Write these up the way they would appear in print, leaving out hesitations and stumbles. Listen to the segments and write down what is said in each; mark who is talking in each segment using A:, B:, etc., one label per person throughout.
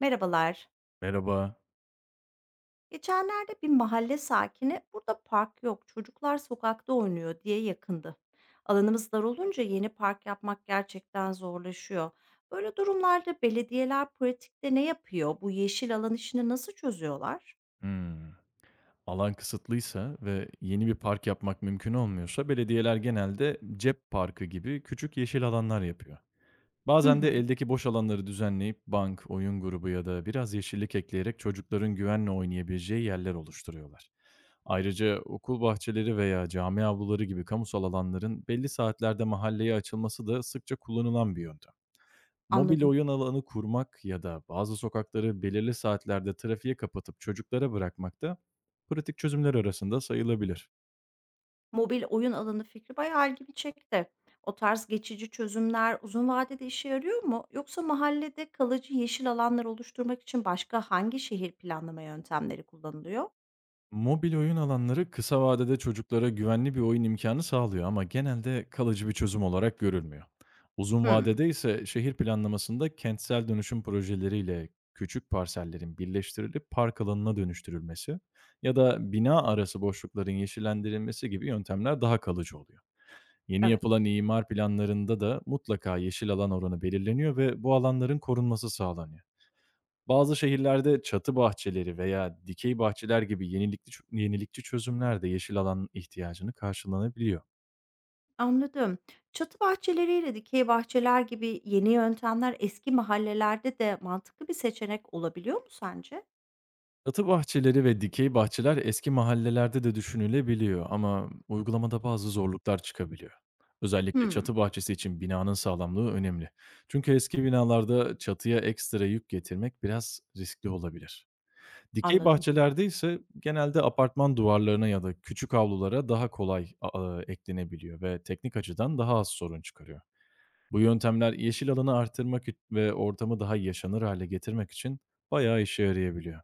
A: Merhabalar.
B: Merhaba.
A: Geçenlerde bir mahalle sakini burada park yok, çocuklar sokakta oynuyor diye yakındı. Alanımız dar olunca yeni park yapmak gerçekten zorlaşıyor. Böyle durumlarda belediyeler pratikte ne yapıyor? Bu yeşil alan işini nasıl çözüyorlar?
B: Hmm. Alan kısıtlıysa ve yeni bir park yapmak mümkün olmuyorsa belediyeler genelde cep parkı gibi küçük yeşil alanlar yapıyor.
A: Hı
B: Bazen de
A: hı,
B: eldeki boş alanları düzenleyip bank, oyun grubu ya da biraz yeşillik ekleyerek çocukların güvenle oynayabileceği yerler oluşturuyorlar. Ayrıca okul bahçeleri veya cami avluları gibi kamusal alanların belli saatlerde mahalleye açılması da sıkça kullanılan bir yöntem. Mobil
A: anladım.
B: oyun alanı kurmak ya da bazı sokakları belirli saatlerde trafiğe kapatıp çocuklara bırakmak da pratik çözümler arasında sayılabilir.
A: Mobil oyun alanı fikri bayağı ilgimi çekti. O tarz geçici çözümler uzun vadede işe yarıyor mu? Yoksa mahallede kalıcı yeşil alanlar oluşturmak için başka hangi şehir planlama yöntemleri kullanılıyor?
B: Mobil oyun alanları kısa vadede çocuklara güvenli bir oyun imkanı sağlıyor ama genelde kalıcı bir çözüm olarak görülmüyor. Uzun
A: Hmm,
B: vadede ise şehir planlamasında kentsel dönüşüm projeleriyle küçük parsellerin birleştirilip park alanına dönüştürülmesi ya da bina arası boşlukların yeşillendirilmesi gibi yöntemler daha kalıcı oluyor. Yeni
A: evet.
B: yapılan imar planlarında da mutlaka yeşil alan oranı belirleniyor ve bu alanların korunması sağlanıyor. Bazı şehirlerde çatı bahçeleri veya dikey bahçeler gibi yenilikçi çözümler de yeşil alan ihtiyacını karşılanabiliyor.
A: Anladım. Çatı bahçeleriyle dikey bahçeler gibi yeni yöntemler eski mahallelerde de mantıklı bir seçenek olabiliyor mu sence?
B: Çatı bahçeleri ve dikey bahçeler eski mahallelerde de düşünülebiliyor ama uygulamada bazı zorluklar çıkabiliyor. Özellikle
A: Hımm,
B: çatı bahçesi için binanın sağlamlığı önemli. Çünkü eski binalarda çatıya ekstra yük getirmek biraz riskli olabilir. Dikey
A: anladım.
B: bahçelerde ise genelde apartman duvarlarına ya da küçük avlulara daha kolay eklenebiliyor ve teknik açıdan daha az sorun çıkarıyor. Bu yöntemler yeşil alanı artırmak ve ortamı daha yaşanır hale getirmek için bayağı işe yarayabiliyor.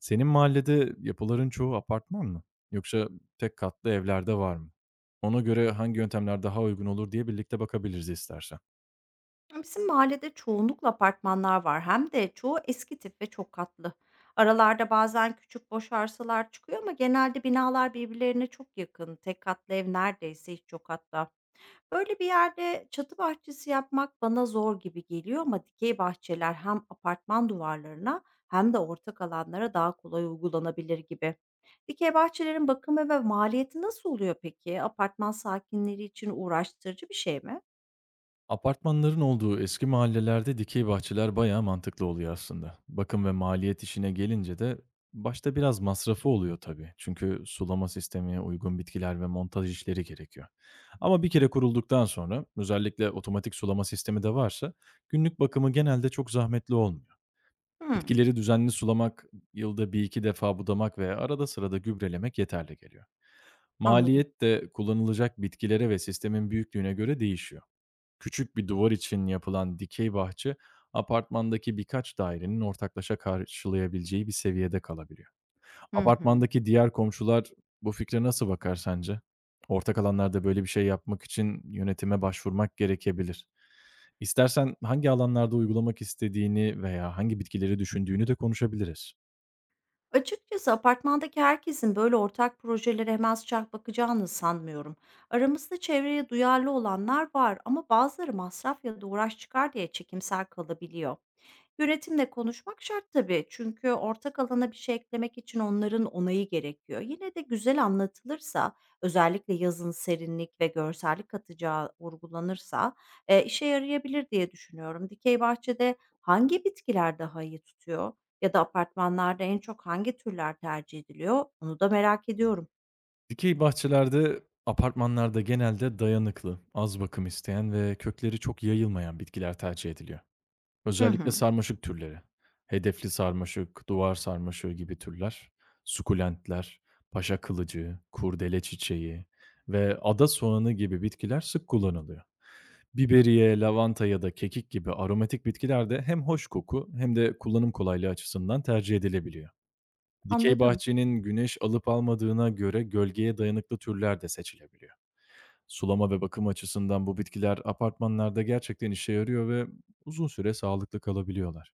B: Senin mahallede yapıların çoğu apartman mı? Yoksa tek katlı evlerde var mı? Ona göre hangi yöntemler daha uygun olur diye birlikte bakabiliriz istersen.
A: Bizim mahallede çoğunlukla apartmanlar var, hem de çoğu eski tip ve çok katlı. Aralarda bazen küçük boş arsalar çıkıyor ama genelde binalar birbirlerine çok yakın. Tek katlı ev neredeyse hiç yok hatta. Böyle bir yerde çatı bahçesi yapmak bana zor gibi geliyor ama dikey bahçeler hem apartman duvarlarına hem de ortak alanlara daha kolay uygulanabilir gibi. Dikey bahçelerin bakımı ve maliyeti nasıl oluyor peki? Apartman sakinleri için uğraştırıcı bir şey mi?
B: Apartmanların olduğu eski mahallelerde dikey bahçeler bayağı mantıklı oluyor aslında. Bakım ve maliyet işine gelince de başta biraz masrafı oluyor tabii. Çünkü sulama sistemi, uygun bitkiler ve montaj işleri gerekiyor. Ama bir kere kurulduktan sonra özellikle otomatik sulama sistemi de varsa günlük bakımı genelde çok zahmetli olmuyor.
A: Hmm,
B: Bitkileri düzenli sulamak, yılda bir iki defa budamak ve arada sırada gübrelemek yeterli geliyor.
A: anladım.
B: Maliyet de kullanılacak bitkilere ve sistemin büyüklüğüne göre değişiyor. Küçük bir duvar için yapılan dikey bahçe, apartmandaki birkaç dairenin ortaklaşa karşılayabileceği bir seviyede kalabiliyor.
A: Hı hı.
B: Apartmandaki diğer komşular bu fikre nasıl bakar sence? Ortak alanlarda böyle bir şey yapmak için yönetime başvurmak gerekebilir. İstersen hangi alanlarda uygulamak istediğini veya hangi bitkileri düşündüğünü de konuşabiliriz.
A: Açıkçası apartmandaki herkesin böyle ortak projelere hemen sıcak bakacağını sanmıyorum. Aramızda çevreye duyarlı olanlar var ama bazıları masraf ya da uğraş çıkar diye çekimser kalabiliyor. Yönetimle konuşmak şart tabii çünkü ortak alana bir şey eklemek için onların onayı gerekiyor. Yine de güzel anlatılırsa, özellikle yazın serinlik ve görsellik katacağı vurgulanırsa işe yarayabilir diye düşünüyorum. Dikey bahçede hangi bitkiler daha iyi tutuyor? Ya da apartmanlarda en çok hangi türler tercih ediliyor? Onu da merak ediyorum.
B: Dikey bahçelerde, apartmanlarda genelde dayanıklı, az bakım isteyen ve kökleri çok yayılmayan bitkiler tercih ediliyor.
A: Hı
B: Özellikle
A: hı,
B: sarmaşık türleri. Hedefli sarmaşık, duvar sarmaşığı gibi türler, sukulentler, paşa kılıcı, kurdele çiçeği ve ada soğanı gibi bitkiler sık kullanılıyor. Biberiye, lavanta ya da kekik gibi aromatik bitkiler de hem hoş koku hem de kullanım kolaylığı açısından tercih edilebiliyor. Dikey
A: anladım.
B: bahçenin güneş alıp almadığına göre gölgeye dayanıklı türler de seçilebiliyor. Sulama ve bakım açısından bu bitkiler apartmanlarda gerçekten işe yarıyor ve uzun süre sağlıklı kalabiliyorlar.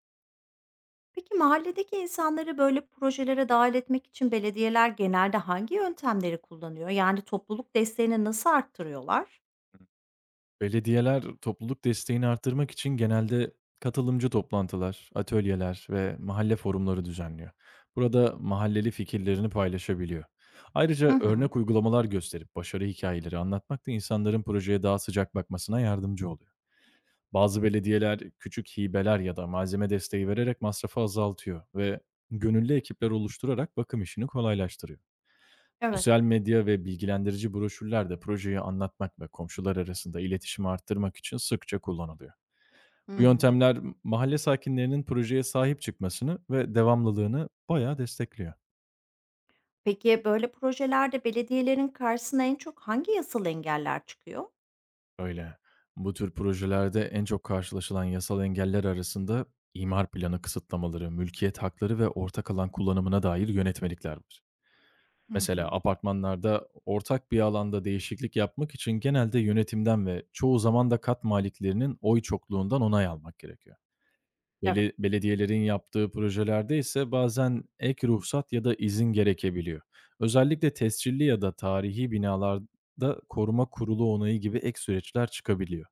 A: Peki mahalledeki insanları böyle projelere dahil etmek için belediyeler genelde hangi yöntemleri kullanıyor? Yani topluluk desteğini nasıl arttırıyorlar?
B: Belediyeler topluluk desteğini artırmak için genelde katılımcı toplantılar, atölyeler ve mahalle forumları düzenliyor. Burada mahalleli fikirlerini paylaşabiliyor.
A: Hı
B: Ayrıca
A: hı,
B: örnek uygulamalar gösterip başarı hikayeleri anlatmak da insanların projeye daha sıcak bakmasına yardımcı oluyor. Bazı belediyeler küçük hibeler ya da malzeme desteği vererek masrafı azaltıyor ve gönüllü ekipler oluşturarak bakım işini kolaylaştırıyor.
A: evet.
B: Sosyal medya ve bilgilendirici broşürler de projeyi anlatmak ve komşular arasında iletişimi arttırmak için sıkça kullanılıyor.
A: Hı
B: Bu
A: hı.
B: yöntemler mahalle sakinlerinin projeye sahip çıkmasını ve devamlılığını bayağı destekliyor.
A: Peki böyle projelerde belediyelerin karşısına en çok hangi yasal engeller çıkıyor?
B: Öyle. Bu tür projelerde en çok karşılaşılan yasal engeller arasında imar planı kısıtlamaları, mülkiyet hakları ve ortak alan kullanımına dair yönetmelikler var.
A: Hı
B: Mesela
A: hı,
B: apartmanlarda ortak bir alanda değişiklik yapmak için genelde yönetimden ve çoğu zaman da kat maliklerinin oy çokluğundan onay almak gerekiyor.
A: evet.
B: Belediyelerin yaptığı projelerde ise bazen ek ruhsat ya da izin gerekebiliyor. Özellikle tescilli ya da tarihi binalarda koruma kurulu onayı gibi ek süreçler çıkabiliyor.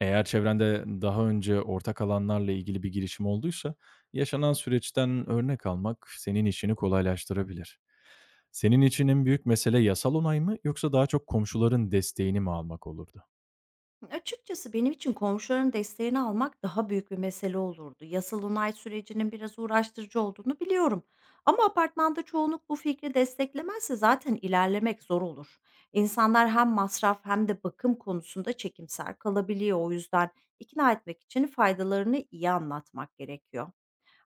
B: Eğer çevrende daha önce ortak alanlarla ilgili bir girişim olduysa, yaşanan süreçten örnek almak senin işini kolaylaştırabilir. Senin için en büyük mesele yasal onay mı yoksa daha çok komşuların desteğini mi almak olurdu?
A: Açıkçası benim için komşuların desteğini almak daha büyük bir mesele olurdu. Yasal onay sürecinin biraz uğraştırıcı olduğunu biliyorum. Ama apartmanda çoğunluk bu fikri desteklemezse zaten ilerlemek zor olur. İnsanlar hem masraf hem de bakım konusunda çekimser kalabiliyor. O yüzden ikna etmek için faydalarını iyi anlatmak gerekiyor.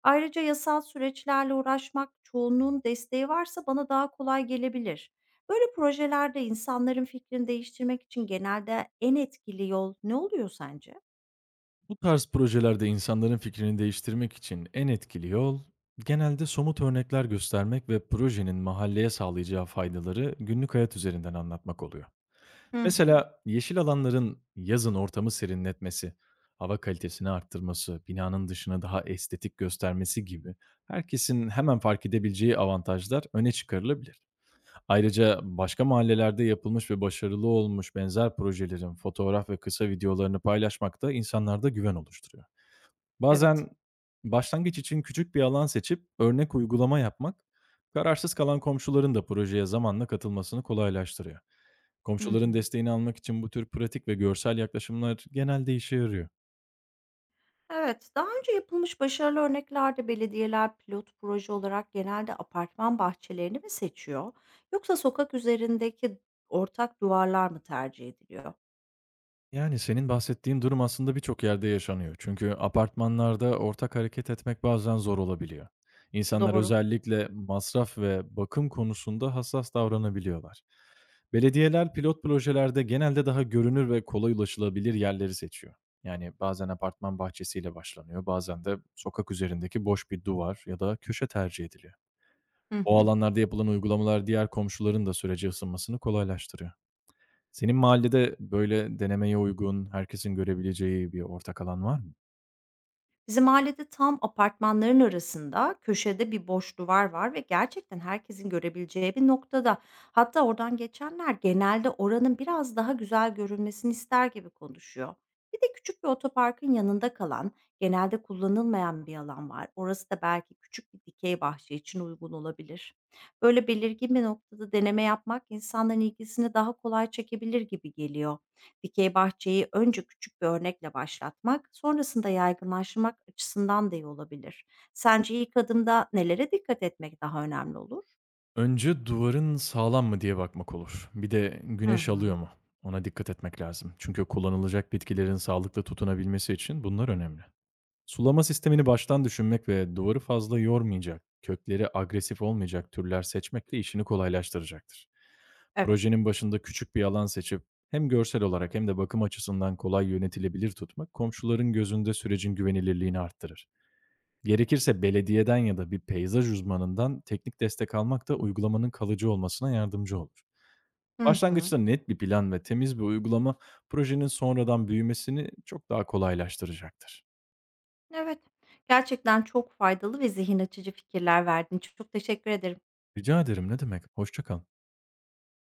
A: Ayrıca yasal süreçlerle uğraşmak çoğunluğun desteği varsa bana daha kolay gelebilir. Böyle projelerde insanların fikrini değiştirmek için genelde en etkili yol ne oluyor sence?
B: Bu tarz projelerde insanların fikrini değiştirmek için en etkili yol genelde somut örnekler göstermek ve projenin mahalleye sağlayacağı faydaları günlük hayat üzerinden anlatmak oluyor.
A: Hı hı.
B: Mesela yeşil alanların yazın ortamı serinletmesi, hava kalitesini arttırması, binanın dışını daha estetik göstermesi gibi herkesin hemen fark edebileceği avantajlar öne çıkarılabilir. Ayrıca başka mahallelerde yapılmış ve başarılı olmuş benzer projelerin fotoğraf ve kısa videolarını paylaşmak da insanlarda güven oluşturuyor.
A: Evet.
B: Bazen başlangıç için küçük bir alan seçip örnek uygulama yapmak, kararsız kalan komşuların da projeye zamanla katılmasını kolaylaştırıyor.
A: Hı
B: Komşuların
A: hı.
B: desteğini almak için bu tür pratik ve görsel yaklaşımlar genelde işe yarıyor.
A: Evet, daha önce yapılmış başarılı örneklerde belediyeler pilot proje olarak genelde apartman bahçelerini mi seçiyor, yoksa sokak üzerindeki ortak duvarlar mı tercih ediliyor?
B: Yani senin bahsettiğin durum aslında birçok yerde yaşanıyor. Çünkü apartmanlarda ortak hareket etmek bazen zor olabiliyor. İnsanlar
A: Doğru.
B: özellikle masraf ve bakım konusunda hassas davranabiliyorlar. Belediyeler pilot projelerde genelde daha görünür ve kolay ulaşılabilir yerleri seçiyor. Yani bazen apartman bahçesiyle başlanıyor, bazen de sokak üzerindeki boş bir duvar ya da köşe tercih ediliyor.
A: Hı
B: O
A: hı.
B: alanlarda yapılan uygulamalar diğer komşuların da sürece ısınmasını kolaylaştırıyor. Senin mahallede böyle denemeye uygun, herkesin görebileceği bir ortak alan var mı?
A: Bizim ailede tam apartmanların arasında köşede bir boş duvar var ve gerçekten herkesin görebileceği bir noktada. Hatta oradan geçenler genelde oranın biraz daha güzel görünmesini ister gibi konuşuyor. Bir de küçük bir otoparkın yanında kalan, genelde kullanılmayan bir alan var. Orası da belki küçük bir dikey bahçe için uygun olabilir. Böyle belirgin bir noktada deneme yapmak insanların ilgisini daha kolay çekebilir gibi geliyor. Dikey bahçeyi önce küçük bir örnekle başlatmak, sonrasında yaygınlaşmak açısından da iyi olabilir. Sence ilk adımda nelere dikkat etmek daha önemli olur?
B: Önce duvarın sağlam mı diye bakmak olur. Bir de
A: Hı
B: güneş
A: hı.
B: alıyor mu? Ona dikkat etmek lazım. Çünkü kullanılacak bitkilerin sağlıklı tutunabilmesi için bunlar önemli. Sulama sistemini baştan düşünmek ve duvarı fazla yormayacak, kökleri agresif olmayacak türler seçmek de işini kolaylaştıracaktır.
A: Evet.
B: Projenin başında küçük bir alan seçip hem görsel olarak hem de bakım açısından kolay yönetilebilir tutmak komşuların gözünde sürecin güvenilirliğini arttırır. Gerekirse belediyeden ya da bir peyzaj uzmanından teknik destek almak da uygulamanın kalıcı olmasına yardımcı olur.
A: Hı hı.
B: Başlangıçta net bir plan ve temiz bir uygulama projenin sonradan büyümesini çok daha kolaylaştıracaktır.
A: Evet. Gerçekten çok faydalı ve zihin açıcı fikirler verdin. Çok teşekkür ederim.
B: Rica ederim ne demek. Hoşça kal.